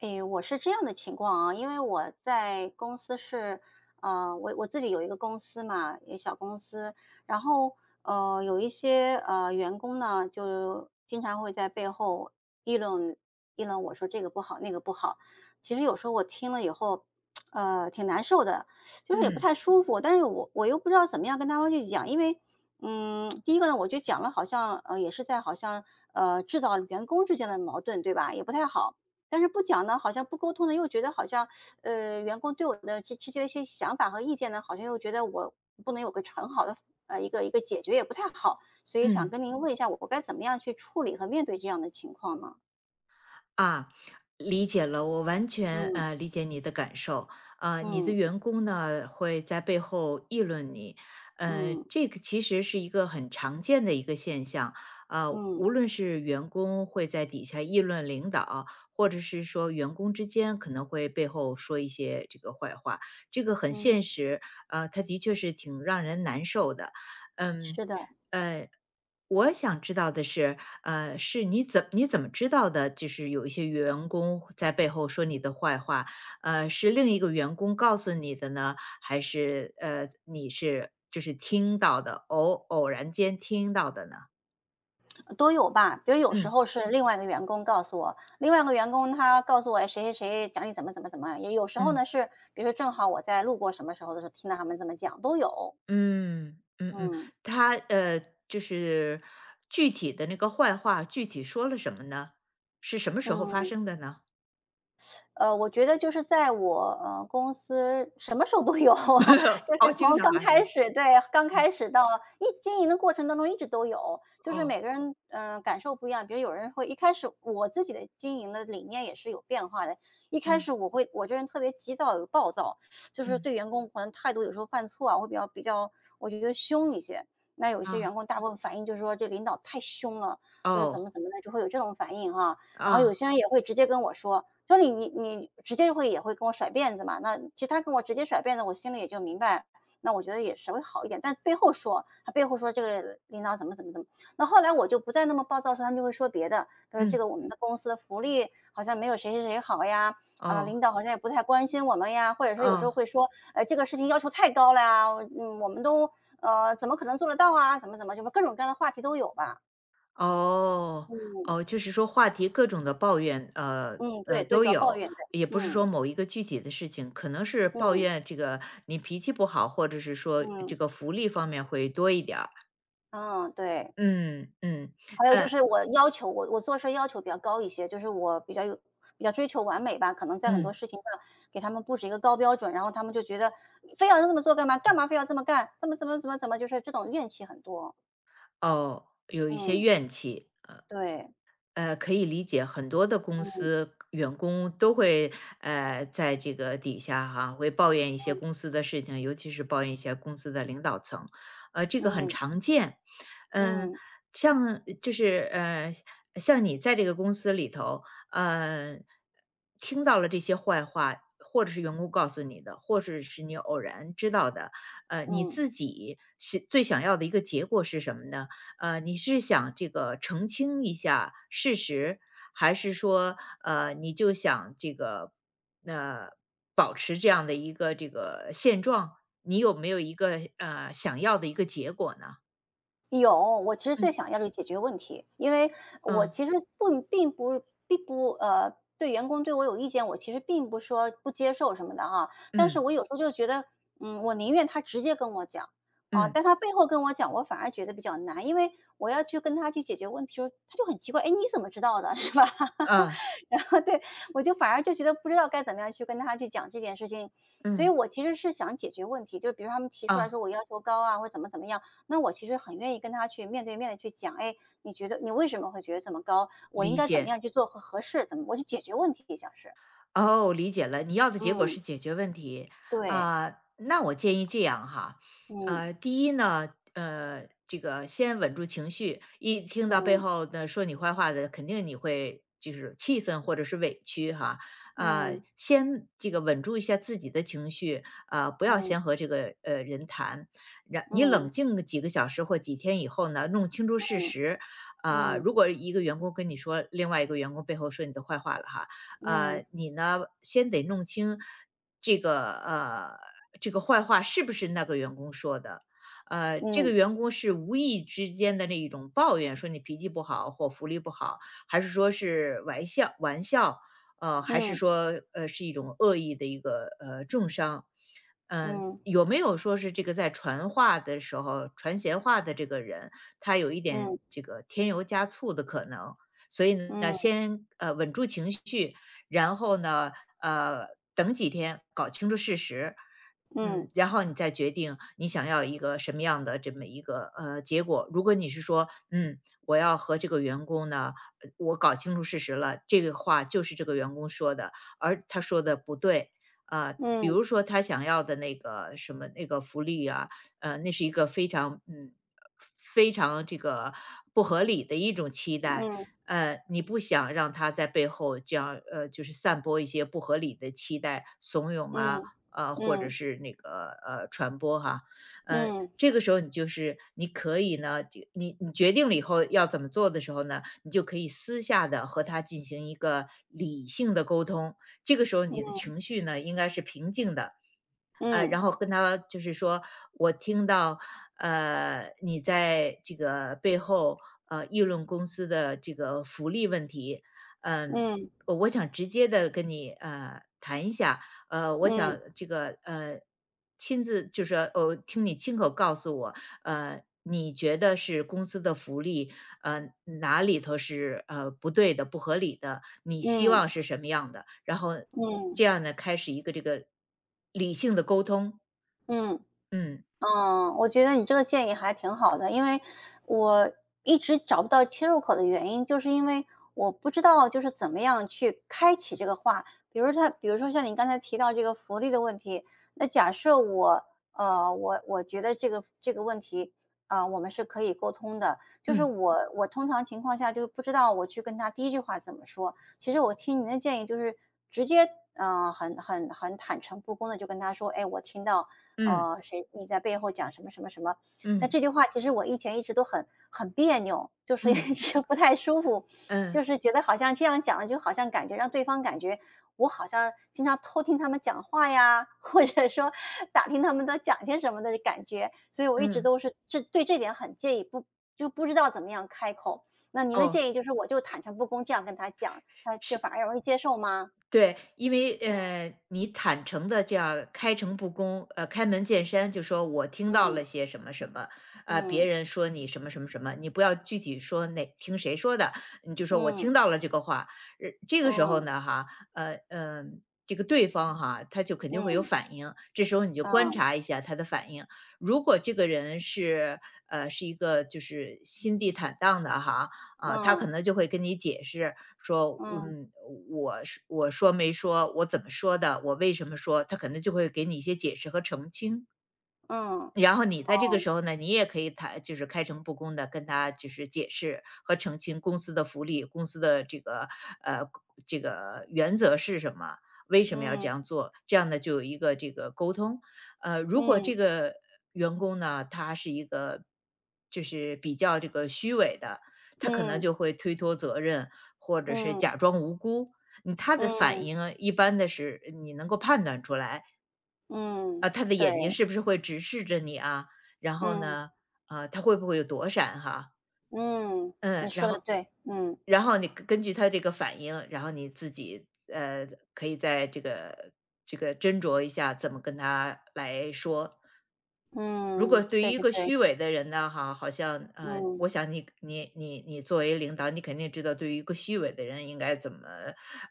诶，我是这样的情况啊，因为我在公司是，我自己有一个公司嘛，一个小公司，然后有一些员工呢，就经常会在背后议论议论我说这个不好那个不好。其实有时候我听了以后，挺难受的，就是也不嗯太舒服，但是我又不知道怎么样跟他们去讲，因为。嗯，第一个呢，我就讲了，好像也是在好像呃制造员工之间的矛盾，对吧？也不太好。但是不讲呢，好像不沟通呢，又觉得好像，员工对我的这些一些想法和意见呢，好像又觉得我不能有个很好的呃一个一个解决也不太好，所以想嗯，跟您问一下，我该怎么样去处理和面对这样的情况呢？啊，理解了，我完全嗯，理解你的感受。啊，你的嗯，员工呢会在背后议论你。嗯，这个其实是一个很常见的一个现象。嗯，无论是员工会在底下议论领导，或者是说员工之间可能会背后说一些这个坏话，这个很嗯，现实。它的确是挺让人难受的。嗯。是的。呃。我想知道的是，是你怎么知道的？就是有一些员工在背后说你的坏话，是另一个员工告诉你的呢，还是你是就是听到的，偶然间听到的呢？都有吧。比如有时嗯，候是另外一个员工告诉我，另外一个员工他告诉我，哎谁谁谁讲你怎么怎么怎么，也有时候嗯，呢是，比如说正好我在路过什么时候的时候听到他们这么讲，都有。嗯，嗯，嗯，嗯，他呃，就是具体的那个坏话，具体说了什么呢？是什么时候发嗯。生的呢？我觉得就是在我，公司什么时候都有，就 是哦，经从常发生。刚嗯。开始到一经营的过程当中一直都有，就是哦。每个人，感受不一样。比如有人会一开始我自己的经营的理念也是有变化的，一开嗯始我这人特别急躁有暴躁，就是嗯。对员工可能态度有时候犯错啊，会比较我觉得凶一些。那有些员啊。工大部分反应就是说这领导太凶了，就是怎哦。么怎么的，就会有这种反应哈。然后有啊。些人也会直接跟我说，就你直接就会也会跟我甩辫子嘛，那其实他跟我直接甩辫子，我心里也就明白，那我觉得也稍微好一点。但背后说，他背后说这个领导怎么怎么怎么，那后来我就不再那么暴躁说他们就会说别的，他说这嗯。个我们的公司的福利好像没有谁谁谁好呀，啊，哦。领导好像也不太关心我们呀，或者说有时候哦。会说，这个事情要求太高了呀，嗯，我们都怎么可能做得到啊，怎么怎么，就是各种各样的话题都有吧。哦。嗯，哦。就是说话题各种的抱怨，嗯，对对，都主要抱有。怨，对，也不是嗯，说某一个具体的事情，可能是抱嗯，怨这个你脾气不好，或者是说嗯。这个福利方面会多一点儿。嗯，对。嗯。嗯。还有就呃，是我做事儿要求比较高一些，就是我比较追求完美吧，可能在很多嗯。事情上给他们布置一个高标准，然后他们就觉得非要这么做干嘛？干嘛非要这么干？怎么怎么怎么怎么？就是这种怨气很多。哦，有一些嗯，怨气。对，可以理解，很多的公嗯，司员工都会在这个底下哈，会抱怨一些公嗯，司的事情，尤其是抱怨一些公司的领导层，这个很嗯，常见。嗯。嗯，像就是呃，像你在这个公司里头，呃，听到了这些坏话，或者是员工告诉你的，或者是你偶然知道的，你嗯。自己是最想要的一个结果是什么呢？你是想这个澄清一下事实，还是说，你就想这个，呃，保持这样的一个这个现状？你有没有一个想要的一个结果呢？有，我其实最嗯。想要的是解决问题，因为我嗯。其实不并不并不呃，对员工对我有意见，我其实并不说不接受什么的啊，但是嗯。我有时候就觉得，嗯，我宁愿他直接跟我讲啊，嗯。但他背后跟我讲，我反而觉得比较难，因为我要去跟他去解决问题时候，他就很奇怪，哎，你怎么知道的，是吧？啊。 然后对我就反而就觉得不知道该怎么样去跟他去讲这件事情，所以嗯。我其实是想解决问题，就比如他们提出来说啊。我要求高啊，或者怎么怎么样。那我其实很愿意跟他去面对面的去讲，哎，你觉得你为什么会觉得这么高？我应理该怎么解。样去做和合适？怎么我去解决问题像是。哦，理解了，你要的结果嗯，是解决问题。对，啊，那我建议这样哈。嗯，第一呢，这个先稳住情绪，一听到背嗯，后的说你坏话的，肯定你会就是气愤或者是委屈哈。嗯，先这个稳住一下自己的情绪，不要嗯，先和这个人谈，你嗯，冷静个几个小时或几天以后呢，弄清楚事实。啊，嗯，嗯，如果一个员工跟你说另外一个员工背后说你的坏话了哈。嗯，嗯，你呢先得弄清这个呃这个坏话是不是那个员工说的。这个员工是无意之间的那一种抱怨，说你脾气不好或福利不好，还是说是玩笑玩笑，还是说是一种恶意的一个重伤？嗯，嗯，嗯，有没有说是这个在传话的时候传闲话的这个人，他有一点嗯，这个添油加醋的可能？所以呢，嗯，先稳住情绪，然后呢，呃，等几天搞清楚事实，嗯，然后你再决定你想要一个什么样的这么一个结果。如果你是说，嗯，我要和这个员工呢，我搞清楚事实了，这个话就是这个员工说的，而他说的不对，啊，嗯，嗯，比嗯，嗯，如说他想要的那个什么那个福利啊，那是一个非常这个不合理的一种期待。你不想让他在背后这样，就是散播一些不合理的期待、怂恿嗯，啊，嗯，或者是那个传播哈。这个时候你就是你可以呢，就你决定了以后要怎么做的时候呢，你就可以私下的和他进行一个理性的沟通。这个时候你的嗯，情绪呢，应该是平静的。嗯，嗯，然后跟他就是说，我听到，你在这个背后，议论公司的这个福利问题。嗯，我想直接的跟你谈一下。我想这个亲自就是说，听你亲口告诉我，你觉得是公司的福利哪里头是，不对的、不合理的，你希嗯，望是什么样的，然后嗯，这样呢，开始一个这个理性的沟通。嗯。嗯。嗯，我觉得你这个建议还挺好的，因为我一直找不到切入口的原因，就是因为我不知道就是怎么样去开启这个话。比如说像你刚才提到这个福利的问题，那假设我，呃，我我觉得这个问题，啊、我们是可以沟通的。就是嗯。我通常情况下就是不知道我去跟他第一句话怎么说。其实我听您的建议就是直接，很坦诚不公的就跟他说，哎，我听到。嗯。哦，谁你在背后讲什么什么什么。那嗯。这句话其实我以前一直都很别扭，就是一嗯。嗯。直不太舒服，嗯就是觉得好像这样讲了，就好像感觉让对方感觉我好像经常偷听他们讲话呀，或者说打听他们在讲些什么的感觉，所以我一直嗯。都是这对这点很介意，不就不知道怎么样开口。那您的哦，建议就是我就坦诚不公这样跟他讲，他就是。反而容易接受吗？对，因为嗯，你坦诚的这样开诚布公，开门见山，就说我听到嗯，了些什么什么，别嗯，人说你什么什么什么，你不要具体说哪听谁说的，你就说我听嗯，到了这个话。这个时候嗯，呢，哈，呃呃，这个对方哈，他就肯定会有嗯，反应。这时候你就观嗯。察一下他的反应。如果这个人是一个就是心地坦荡的哈，啊，他可嗯，能就会跟你解释说，嗯，嗯，我是我说没说，我怎么说的，我为什么说，他可能就会给你一些解释和澄清。嗯，然后你在这个哦，时候呢，你也可以谈，就是开诚布公的跟他就是解释和澄清公司的福利，公司的呃这个原则是什么，为什么要这嗯，样做，这样呢就有一个这个沟通。如果这嗯，个员工呢，他是一个就是比较这个虚伪的，他可能嗯，就会推脱责任，或者是嗯，假装无辜。他的反嗯，应啊一般的是你能够判断出来。嗯，啊，他的对，眼睛是不是会直视着你啊？然后嗯，呢，啊，他会不会有躲闪哈？嗯，你嗯，然说的后对，嗯，你根据他这个反应，然后你自己呃，可以在这个斟酌一下怎么跟他来说。如嗯，果对于对一对个对，虚伪的人呢，哈，好像嗯，我想你作为领导，你肯定知道对于一个虚伪的人应该怎么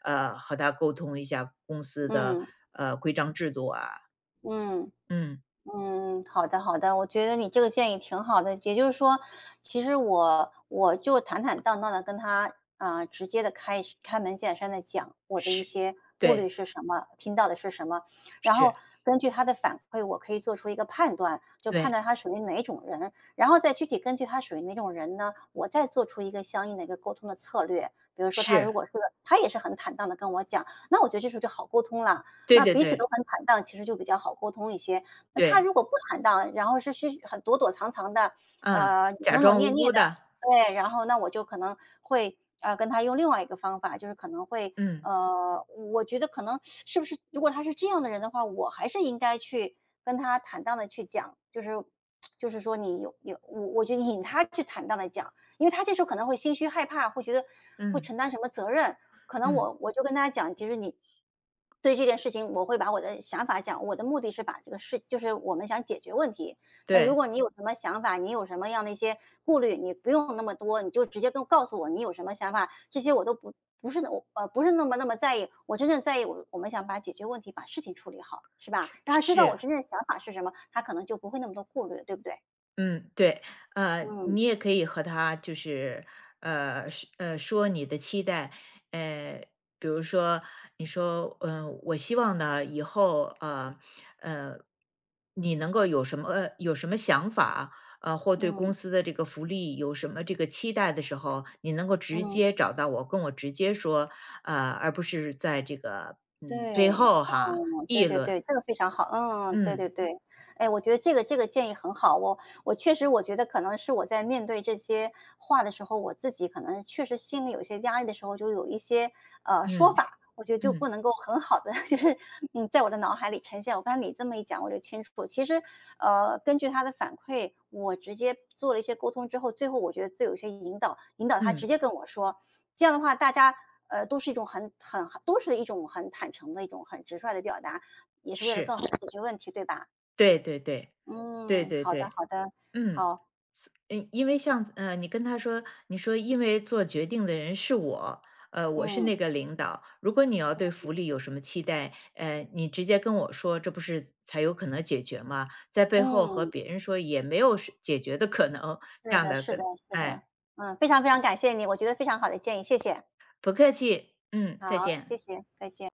和他沟通一下公司的嗯，规章制度啊。嗯。嗯。嗯，好的好的，我觉得你这个建议挺好的。也就是说，其实我就坦坦荡荡的跟他啊、直接的开门见山的讲我的一是。些顾虑对。是什么，听到的是什么，然后是。根据他的反馈，我可以做出一个判断，就判对。断他属于哪种人，然后再具体根据他属于哪种人呢，我再做出一个相应的一个沟通的策略。比如说，他如是。果是个他也是很坦荡的跟我讲，那我觉得这时候就好沟通了。对那对彼此对。都很坦荡，其实就比较好沟通一些。那他对。如果不坦荡，然后是很躲躲藏藏的，嗯。假扭扭装捏无捏辜的，的。对，然后那我就可能会，跟他用另外一个方法，就是可能会，嗯。呃，我觉得可能是不是如果他是这样的人的话，我还是应该去跟他坦荡的去讲，就是说你有我就引他去坦荡的讲，因为他这时候可能会心虚害怕，会觉得会嗯。承担什么责任，可能嗯。我就跟大家讲，其实你对这件事情，我会把我的想法讲，我的目的是把这个事，就是我们想解决问题。那如对。果你有什么想法，你有什么样的一些顾虑，你不用那么多，你就直接告诉我你有什么想法，这些我都不是那么在意。我真正在意我们想把解决问题，把事情处理好，是吧？是让他知道我是。真正的想法是什么，他可能就不会那么多顾虑了，对不对？嗯。对。嗯，你也可以和他就是，呃，说你的期待，呃，比如说，你说，嗯，我希望呢，以后，呃，你能够有什么想法，或对嗯，公司的这个福利有什么这个期待的时候，你能够直嗯，接找到我，跟我直接说，而不是在这个，背对。后哈嗯对议对论。对，这个非常好，嗯，对嗯。对对。哎，我觉得这个建议很好，我确实我觉得可能是我在面对这些话的时候，我自己可能确实心里有些压力的时候，就有一些，说嗯。法，我觉得就不嗯。能够很好的 就是，在我的脑海里呈现。我刚才你这么一讲我就清楚，其实，根据他的反馈，我直接做了一些沟通之后，最后我觉得最有一些引导引导他直嗯。接跟我说，这样的话，大家都是一种很坦诚的一种很直率的表达，也是为了更是。好的解决问题，对吧？对对对。对嗯，对好的，对。好的，嗯。好，因为像你跟他说，你说因为做决定的人是我，我是那嗯，个领导。如果你要对福利有什么期待，你直接跟我说，这不是才有可能解决吗？在背后和嗯，别人说也没有是解决的可能，这是样的，的是的，跟是的，哎。嗯，非常非常感谢你，我觉得非常好的建议，谢谢，不客气。嗯。再好，谢见。谢，再见。